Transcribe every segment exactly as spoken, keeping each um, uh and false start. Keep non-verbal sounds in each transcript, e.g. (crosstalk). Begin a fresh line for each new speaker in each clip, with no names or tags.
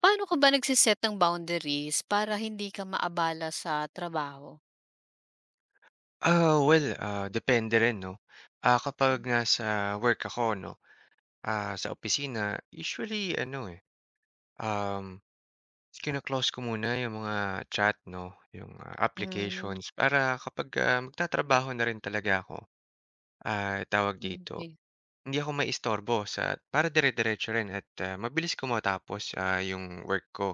Paano ka ba nagse ng boundaries para hindi ka maabala sa trabaho?
Ah, well, ah, depende rin 'no. Ah, kapag nasa work ako 'no, ah, sa opisina, usually ano, eh, um, kino-close ko muna yung mga chat 'no, yung, ah,
Hmm,
applications para kapag, ah, magtatrabaho na rin talaga ako, ah, tawag dito,
okey.
hindi ako maiistorbo sa para dire-diretso rin at, ah, mabilis ko matapos, ah, yung work ko.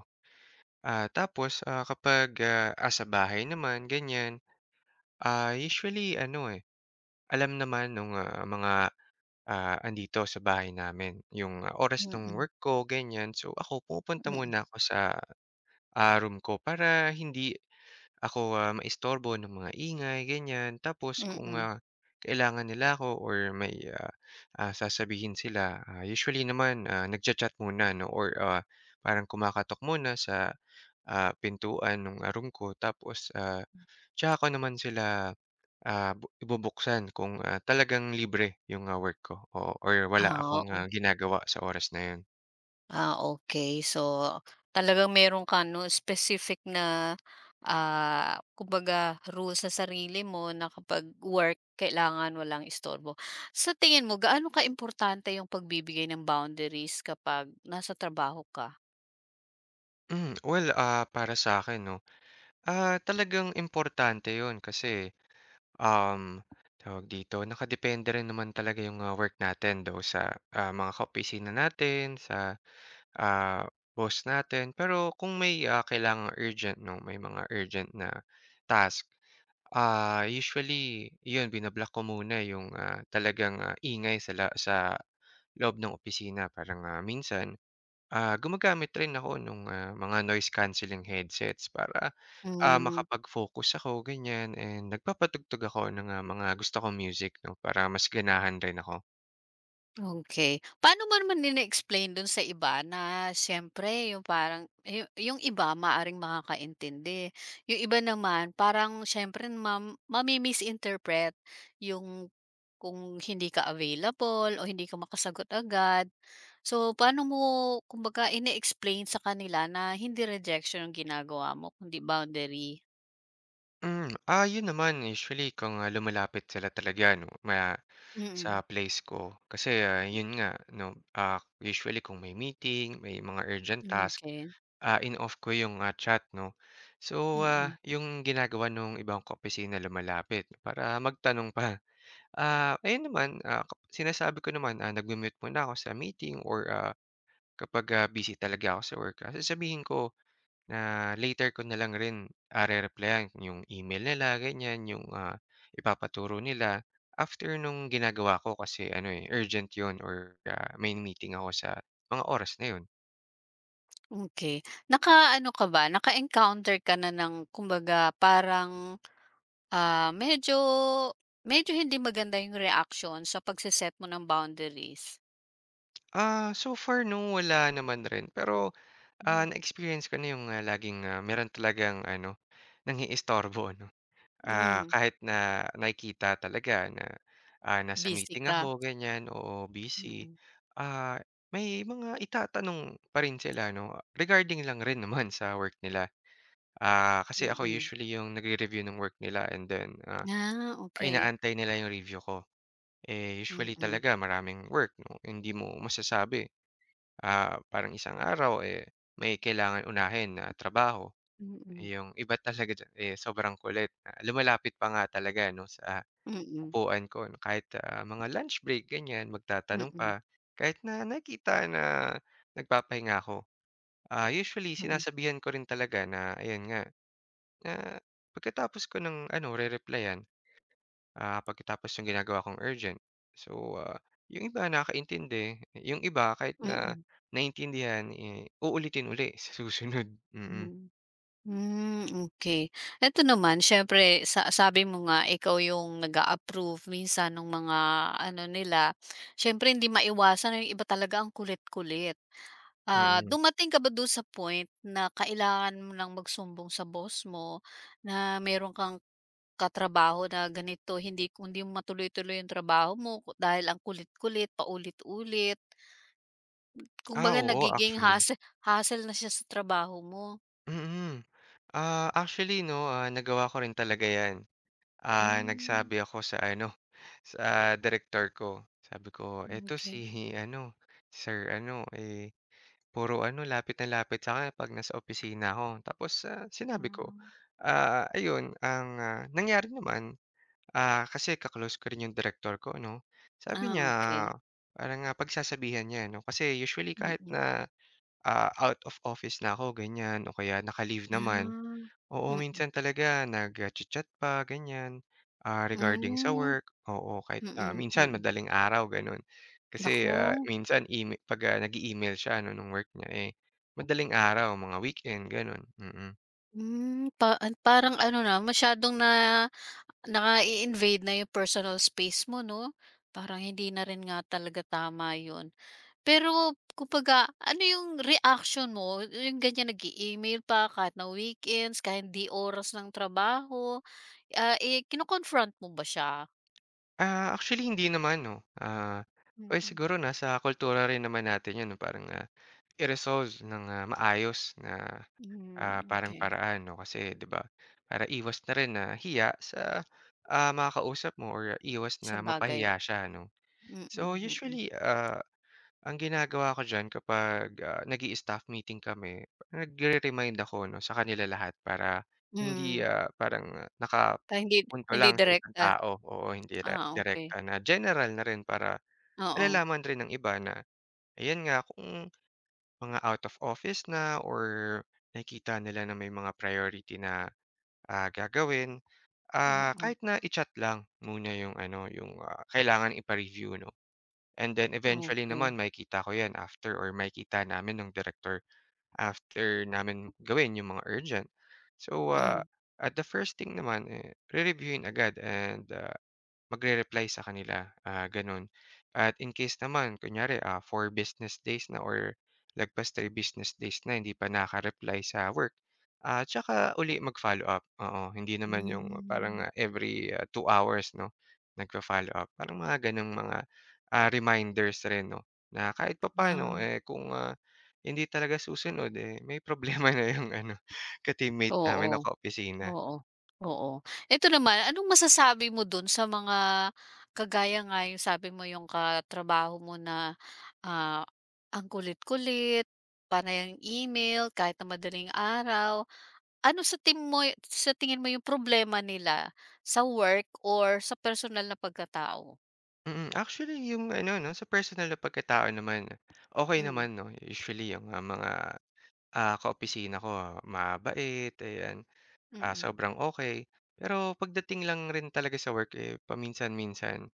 Ah, tapos, ah, kapag, ah, ah, sa bahay naman ganyan, ah, usually ano, eh, alam naman nung, ah, mga. Ah, andito sa bahay namin yung ah, oras ng
Mm,
work ko ganyan. So ako pumupunta muna ako sa, ah, room ko para hindi ako, ah, maistorbo ng mga ingay ganyan. Tapos
mm,
kung,
mm.
ah, kailangan nila ako or may, ah, ah, sasabihin sila, ah, usually naman, ah, nagcha-chat muna 'no or, ah, parang kumakatok muna sa, ah, pintuan ng ah, room ko tapos, ah, tsaka ko naman sila Ah, bu ibubuksan kung, ah, talagang libre yung, ah, work ko, o or wala
Ah,
akong,
oo.
ah, ginagawa sa oras na yun.
Ah, okey. So, talagang meron ka 'no, specific na, ah, kumbaga rule sa sarili mo na kapag work kailangan walang istorbo. Sa tingin mo gaano kaimportante yung pagbibigay ng boundaries kapag nasa trabaho ka?
Hmm, well, ah, para sa akin, 'no, ah, talagang importante yun kasi, um, tawag dito, nakadepende rin naman talaga yung, ah, work natin though sa, ah, mga kaopisina natin, sa, ah, boss natin. Pero kung may, ah, kailangang urgent 'no, may mga urgent na task. Ah, usually 'yun bino-block ko muna yung, ah, talagang, ah, ingay sa la sa loob ng opisina parang, ah, minsan, ah, gumagamit rin ako ng mga noise cancelling headsets para, ah,
Hmm.
makapag-focus ako ganyan and nagpapatugtog ako ng, ah, mga gusto kong music 'no para mas ganahan rin ako.
Okay. Paano mo naman ine-explain dun sa iba na siyempre yung parang yu yung iba maaaring makakaintindi, yung iba naman parang siyempre mam mami-misinterpret yung kung hindi ka available o hindi ka makasagot agad. So, paano mo kumbaga ina explain sa kanila na hindi rejection ang ginagawa mo kundi boundary?
Hmm, ah, 'yun naman usually kung, ah, lumalapit sila talaga 'no ma sa
Mm,
place ko kasi, ah, 'yun nga 'no, ah, usually kung may meeting, may mga urgent task.
okey,
Ah, in-off ko yung, ah, chat 'no. So, ah,
mm.
yung ginagawa nung ibang kong kaopisina lumalapit para magtanong pa. Ah, ayun naman, ah, kap- sinasabi ko naman, ah, nagmu-mute muna ako sa meeting or, ah, kapag, ah, busy talaga ako sa work, ah, sasabihin ko na later ko na lang rin, ah, re-replyan yung email nila ganyan, yung, ah, ipapaturo nila after nung ginagawa ko kasi ano, eh, urgent yon or, ah, may meeting ako sa mga oras na yun.
Okey. Nakaano ka ba, naka-encounter ka na ng kumbaga parang, ah, medyo medyo hindi maganda yung reaksyon sa pagse-set mo ng boundaries?
Ah, so far 'no, wala naman rin pero. Ah,
Hmm,
na-experience ko na yung, ah, laging, ah, meron talagang ano, nang-iistorbo (laughs) ano. Ah,
hmm,
kahit na nakikita talaga na, ah, nasa
busy
meeting ako
ka?
ganyan, o busy.
Mm,
Ah, may mga itatanong pa rin sila 'no, regarding lang rin (laughs) naman sa work nila. Ah, kasi ako
mm.
usually yung nagre-review ng work nila and then, ah,
Ah, okey.
inaantay nila yung review ko. Eh,
Mm,
usually
mm,
talaga maraming work 'no, hindi mo masasabi ah, parang isang araw, eh, may kailangan unahin na trabaho.
mm,
Eh, yung iba talaga diyan, eh, sobrang kulit na lumalapit pa nga talaga 'no, sa
mm,
upuan ko 'no, kahit, ah, mga lunch break ganyan, magtatanong
mm,
pa. Kahit na nakita na nagpapahinga ako, ah, usually
mm,
sinasabihan ko rin talaga na ayun nga, na pagkatapos ko ng ano, re-replyan. Ah, pagkatapos yung ginagawa kong urgent. So, ah, yung iba nakakaintindi, yung iba kahit na
mm.
naintindihan, eh, uulitin uli sa (laughs) susunod. Mm,
Hmm. Hmm, okey. Eto naman siyempre sa sabi mo nga ikaw yung nag approve minsan ng mga ano nila, siyempre hindi maiwasan na yung iba talaga ang kulit-kulit. Ah,
mm.
dumating ka ba dun sa point na kailangan mo ng magsumbong sa boss mo na meron kang katrabaho na ganito hindi kundi matuloy-tuloy yung trabaho mo ku- dahil ang kulit-kulit, paulit-ulit,
Ah,
kumbaga
oo
nagiging
actually.
hassle hassle na siya sa trabaho mo?
Mm. Ah, actually 'no, ah, nagawa ko rin talaga 'yan. Ah,
Hmm,
nagsabi ako sa ano, (laughs) sa director ko. Sabi ko, "Eto si
okey.
ano, sir ano, eh." Puro ano, lapit na lapit sa'kin 'pag nasa opisina ako. Tapos, ah, sinabi ko,
Ah,
ah, ayun ang, ah, nangyari naman, ah, kasi ka-close ko rin yung direktor ko 'no. Sabi
ah,
niya, ah,
Okey,
parang, ah, pagsasabihan niya 'no, kasi usually kahit
mm.
na, ah, out of office na ako ganyan o kaya naka-leave naman,
Ah,
oo, minsan talaga nagcha-chat pa ganyan, ah, regarding sa
mm,
work, oo kahit, ah,
mm,
minsan
mm.
madaling araw gano'n. Kasi, ah,
Naku,
minsan eme pagka nag-e-email siya ano nung work niya, eh, madaling araw mga weekend gano'n, mm.
hmm, pa parang ano na masyadong na nai-invade na yung personal space mo 'no? Parang hindi na rin nga talaga tama yun. Pero kumbaga ano yung reaction mo yung ganyan nag-e-email pa kahit na weekends, kahit hindi oras ng trabaho, ah, eh, kino-confront mo ba siya?
Ah, actually hindi naman 'no, ah, well
Mm,
siguro nasa kultura rin naman natin 'yun 'no parang, ah, i-resolve ng, ah, maayos na.
hmm,
Ah, parang
okey,
paraan 'no kasi 'di ba, para iwas na rin na hiya sa, ah, makakausap mo or iwas na
sabagay.
mapahiya siya 'no.
Mm,
So
mm, mm.
usually, ah, ang ginagawa ko diyan kapag, ah, nag staff meeting kami, nagre-remind ako 'no sa kanila lahat para hindi,
Hmm,
ah, parang naka
ta hindi
nakapunto
hindi
lang sa isang
direkta.
tao, o hindi re
Ah, okey.
direkta na general na rin para
Oo,
malalaman rin ng iba na ayan nga kung mga out of office na or nakikita nila na may mga priority na, ah, gagawin, ah,
oo,
kahit na i-chat lang muna yung ano, yung, ah, kailangan ipa-review 'no. And then eventually naman
okey.
makikita ko 'yan after or makikita namin ng director after namin gawin yung mga urgent. So,
Hmm,
ah, at the first thing naman, eh, re-reviewin agad and, ah Magre-reply sa kanila, ah, gano'n. At in case naman kunyari, ah, four business days na or lagpas three business days na hindi pa nakaka-reply sa work, ah, tsaka uli mag-follow-up, oo. Hindi naman yung parang,
hmm,
ah, every, ah, two hours 'no, nagfa-follow-up. Parang mga gano'ng mga, ah, reminders rin 'no, na kahit pa paano
ah,
eh, kung, ah, hindi talaga susunod, eh, may problema (laughs) na yung ano, ka-teammate namin o
oo,
ka-opisina.
oo, oo. Eto naman, anong masasabi mo dun sa mga kagaya nga yung sabi mo yung katrabaho mo na, ah, ang kulit-kulit, panay ang email kahit na madaling araw. Ano sa tim mo sa tingin mo yung problema nila, sa work or sa personal na pagkatao?
Mm, actually yung ano 'no, sa personal na pagkatao naman, okay
Hmm,
naman 'no. Usually yung, ah, mga, ah, kaopisina ko ah, mabait, ayan, ah,
mm.
sobrang okay. Pero pagdating lang rin talaga sa work, eh, paminsan-minsan,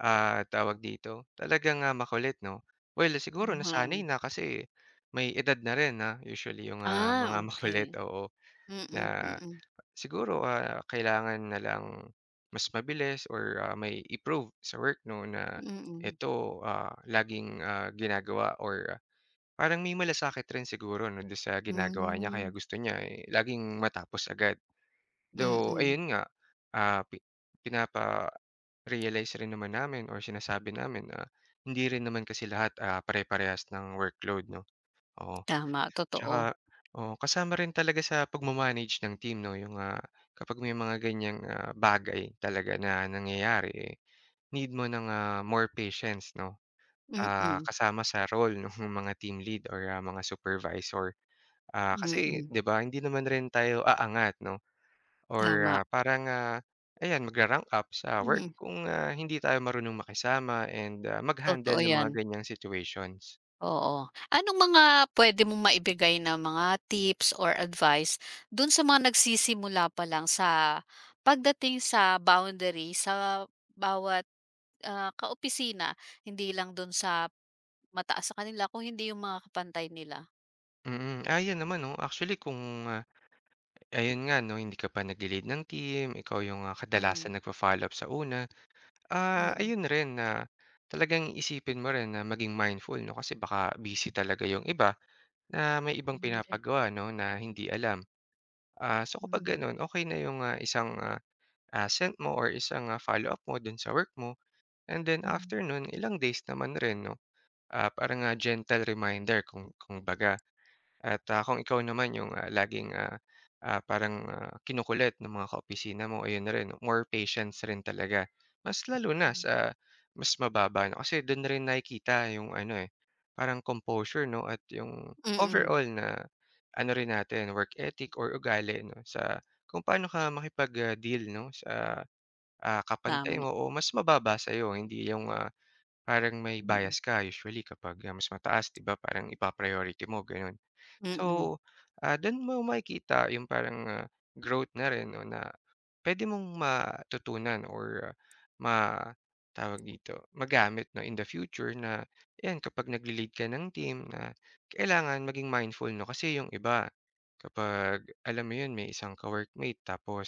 ah, tawag dito, talagang, ah, makulit 'no. Well, siguro nasanay
Oo.
na kasi may edad na rin na usually yung, ah,
Ah,
mga (laughs) makulit,
okey.
oo,
Mm,
na.
mm,
Siguro, ah, kailangan na lang mas mabilis or, ah, may improve sa work 'no na
mm.
ito, ah, laging, ah, ginagawa or ah, parang may malasakit rin siguro 'no do'n sa ginagawa niya kaya gusto niya, eh, laging matapos agad.
Hmm,
Though
mm.
ayun nga, ah, pi pinapa-realize rin naman namin or sinasabi namin na hindi rin naman kasi lahat, ah, pare-parehas ng workload 'no, oo.
Tama, totoo.
Tsaka oo, kasama rin talaga sa pagma ng team 'no, yung, ah, kapag may mga ganyang, ah, bagay talaga na nangyayari, eh, need mo ng, ah, more patience 'no, ah,
Mm,
kasama sa role (laughs) nung mga team lead or, ah, mga supervisor. Ah, kasi
mm.
'di ba hindi naman rin tayo aangat 'no or,
Tama,
ah, parang, ah, ayan magra-rank up sa work
mm.
kung, ah, hindi tayo marunong makisama and, ah, mag-handle
Totoo
ng mga
'yan,
ganyang situations.
oo. Anong mga puwede mong maibigay na mga tips or advice dun sa mga nagsisimula pa lang sa pagdating sa boundary sa bawat, ah, kaopisina, hindi lang do'n sa mataas sa kanila, kung hindi yung mga kapantay nila?
Mm, mm. ah, 'yan naman 'no, actually kung, ah ayun nga 'no, hindi ka pa nagle-lead ng team, ikaw yung, ah, kadalasan
Hmm.
nagfo-follow up sa una. Ah,
Mm,
ayun rin na talagang isipin mo rin na maging mindful 'no, kasi baka busy talaga yung iba na may ibang
hindi,
pinapagawa 'no, na hindi alam. Ah, so kapag
hmm,
gano'n, okay na yung, ah, isang, ah, ah, sent mo or isang, ah, follow up mo do'n sa work mo and then
hmm,
after no'n, ilang days naman rin 'no, ah, parang, ah, gentle reminder kung kung kumbaga. At, ah, kung ikaw naman yung, ah, laging, ah, ah, parang, ah, kinukulit ng mga kaopisina mo, ayun na rin more patience rin talaga. Mas lalo na
hmm.
sa mas mababa 'no, kasi dun rin nakikita yung ano, eh, parang composure 'no at yung
Mm,
overall na ano rin natin work ethic or ugali 'no sa kung paano ka makipag, ah, deal 'no sa, ah, kapantay
tama,
mo o mas mababa sa'yo. Hindi yung, ah, parang may
mm,
bias ka usually kapag, ah, mas mataas 'di ba parang ipa-priority mo gano'n.
mm,
So, ah, dun mo makikita yung parang, ah, growth na rin 'no na pwede mong matutunan or ah, ma tawag dito, magamit 'no in the future na ayan kapag nagle-lead ka ng team na kailangan maging mindful 'no kasi yung iba kapag alam mo yun may isang ka-workmate tapos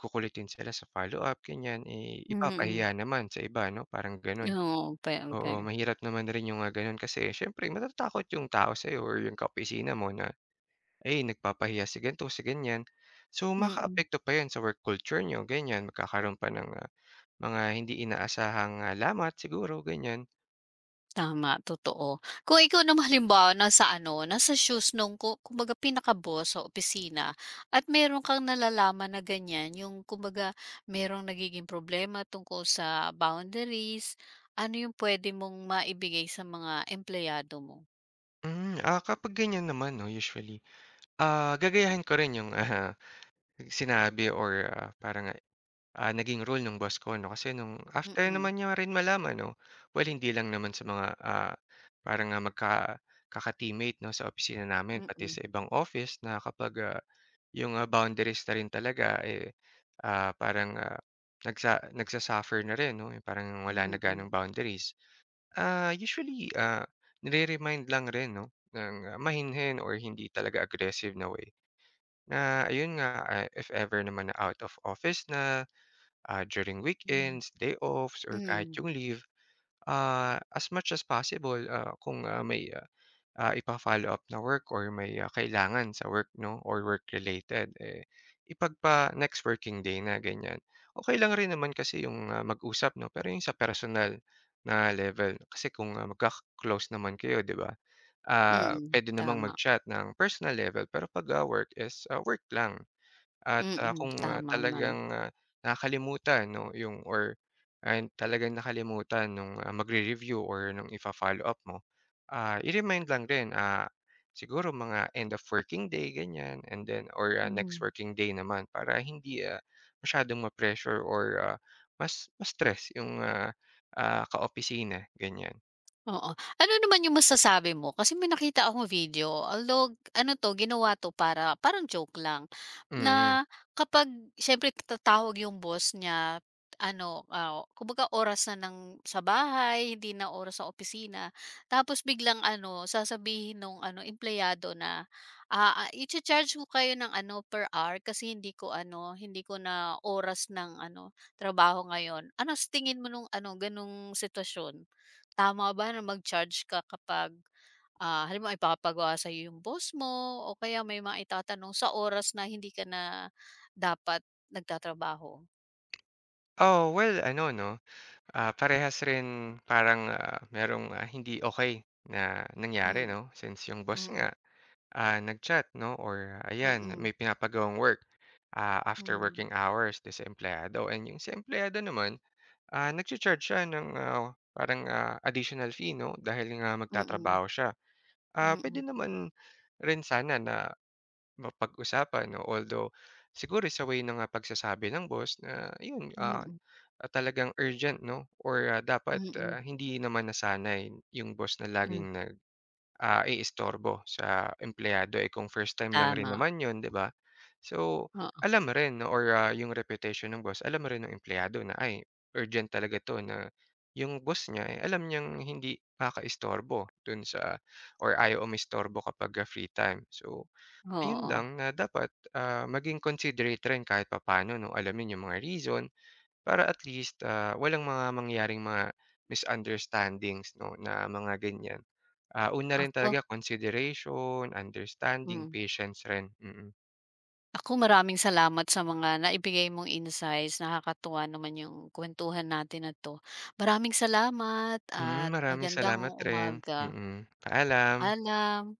kukulitin sila sa follow-up ganyan, eh,
mm.
ipapahiya naman sa iba 'no parang ganun.
Oo, pe pe
Oo, mahirap naman rin yung mga ganun kasi siyempre matatakot yung tao sa'yo or yung kaopisina mo na ay, nagpapahiya si ganito si ganyan. So,
mm,
makaapekto pa 'yun sa work culture nyo ganyan. Magkakaroon pa ng, ah, mga hindi inaasahang, ah, lamat siguro, ganyan.
tama, totoo. Kung ikaw naman halimbawa nasa ano, nasa shoes nung ku kumbaga pinaka-boss sa opisina at meron kang nalalaman na ganyan, yung kumbaga merong nagiging problema tungkol sa boundaries, ano yung puwede mong maibigay sa mga empleyado mo?
Hmm, ah, kapag ganyan naman 'no usually, ah, gagayahin ko rin yung, ah, (laughs) sinabi or, ah, parang, ah, naging rule ng boss ko 'no. Kasi nung after
Mm,
naman niya rin malaman 'no, well, hindi lang naman sa mga, ah, parang, ah, magka kaka-teammate 'no sa opisina namin, pati
mm,
sa ibang office na kapag, ah Yung, ah, boundaries na rin talaga, eh, ah, parang, ah, nagsa nagsa-suffer na rin 'no, yung parang wala na
mm, mm,
gaanong boundaries. Ah, usually, ah, nire-remind lang rin 'no, ng ah, mahinhin or hindi talaga aggressive na way na ayun nga, ah, if ever naman na out of office na, ah, during
hmm.
weekends, day offs, or kahit
Hmm.
yung leave, ah, as much as possible, ah, kung, ah, may ah, ipa-follow-up na work or may, ah, kailangan sa work 'no or work-related, eh, ipagpa next working day na ganyan. Okey lang rin naman kasi yung, ah, mag-usap 'no, pero yung sa personal na level kasi kung, ah, magkaka-close naman kayo 'di ba, ah,
Mm,
puwede namang
tama.
mag-chat ng personal level pero 'pag, ah, work is, ah, work lang. At, ah,
Mm,
kung, ah,
tama naman.
talagang, ah, nakakalimutan 'no yung or and talagang nakalimutan nung, ah, magre-review or nung ifa-follow-up mo, ah, i-remind lang din, ah, siguro mga end of working day ganyan and then or, ah, next
Hmm.
working day naman para hindi, ah, masyadong ma-pressure or, ah, mas ma-stress yung, ah, ah, kaopisina ganyan.
Oo. Ano naman yung masasabi mo? Kasi may nakita akong video, although ano 'to, ginawa 'to para parang joke lang,
Mm.
na kapag siyempre tatawag yung boss niya, ano, ah, kumbaga oras na ng sa bahay, hindi na oras sa opisina, tapos biglang ano, sasabihin nung ano, empleyado na, "Ah, ah, icha-charge ko kayo ng ano, per hour kasi hindi ko ano, hindi ko na oras ng ano, trabaho ngayon." Ano sa tingin mo nung ano, gano'ng sitwasyon? Tama ba na mag-charge ka kapag, ah, halimbawa ipapagawa sa'yo yung boss mo o kaya may mga itatanong sa oras na hindi ka na dapat nagtatrabaho?
Oo, well ano 'no. Ah, parehas rin parang, ah, merong, ah, hindi okay na nangyari
Hmm,
'no, since yung boss nga,
mm,
ah, nag-chat 'no or ah, ayan may
mm,
pinapagawang work, ah, after
hmm,
working hours do'n sa empleyado and yung sa empleyado naman, ah, nagcha-charge siya ng, ah, parang, ah, additional fee 'no dahil nga
mm,
magtatrabaho siya. Ah, pwede
mm,
naman rin sana na mapag-usapan 'no, although siguro sa way ng, ah, pagsasabi ng boss na yun. ah
mm,
Ah, talagang urgent 'no or, ah, dapat,
mm,
ah, hindi naman nasanay yung boss na
hmm,
laging nag, ah, iistorbo sa empleyado, eh, kung first time lang rin
tama,
naman yun, 'di ba? So,
oo,
alam mo rin 'no or, ah, yung reputation ng boss, alam mo rin ng empleyado na, ay urgent talaga 'to na yung boss niya, eh, alam niyang hindi kakaistorbo dun sa or ayaw umistorbo kapag, ah, free time. So, ayun
oo.
lang na dapat, ah, maging considerate rin kahit papaano 'no, alamin yung mga reason para at least, ah, walang mga mangyaring mga misunderstandings 'no, na mga ganyan. Ah, una rin
Ako
talaga consideration, understanding,
mm,
patience rin, mm.
ako maraming salamat sa mga naibigay mong insights, nakakatuwa naman yung kuwentuhan natin na 'to. Maraming salamat
Mm,
at
maraming
magandang
salamat rin,
umaga,
mm. Paalam.
alam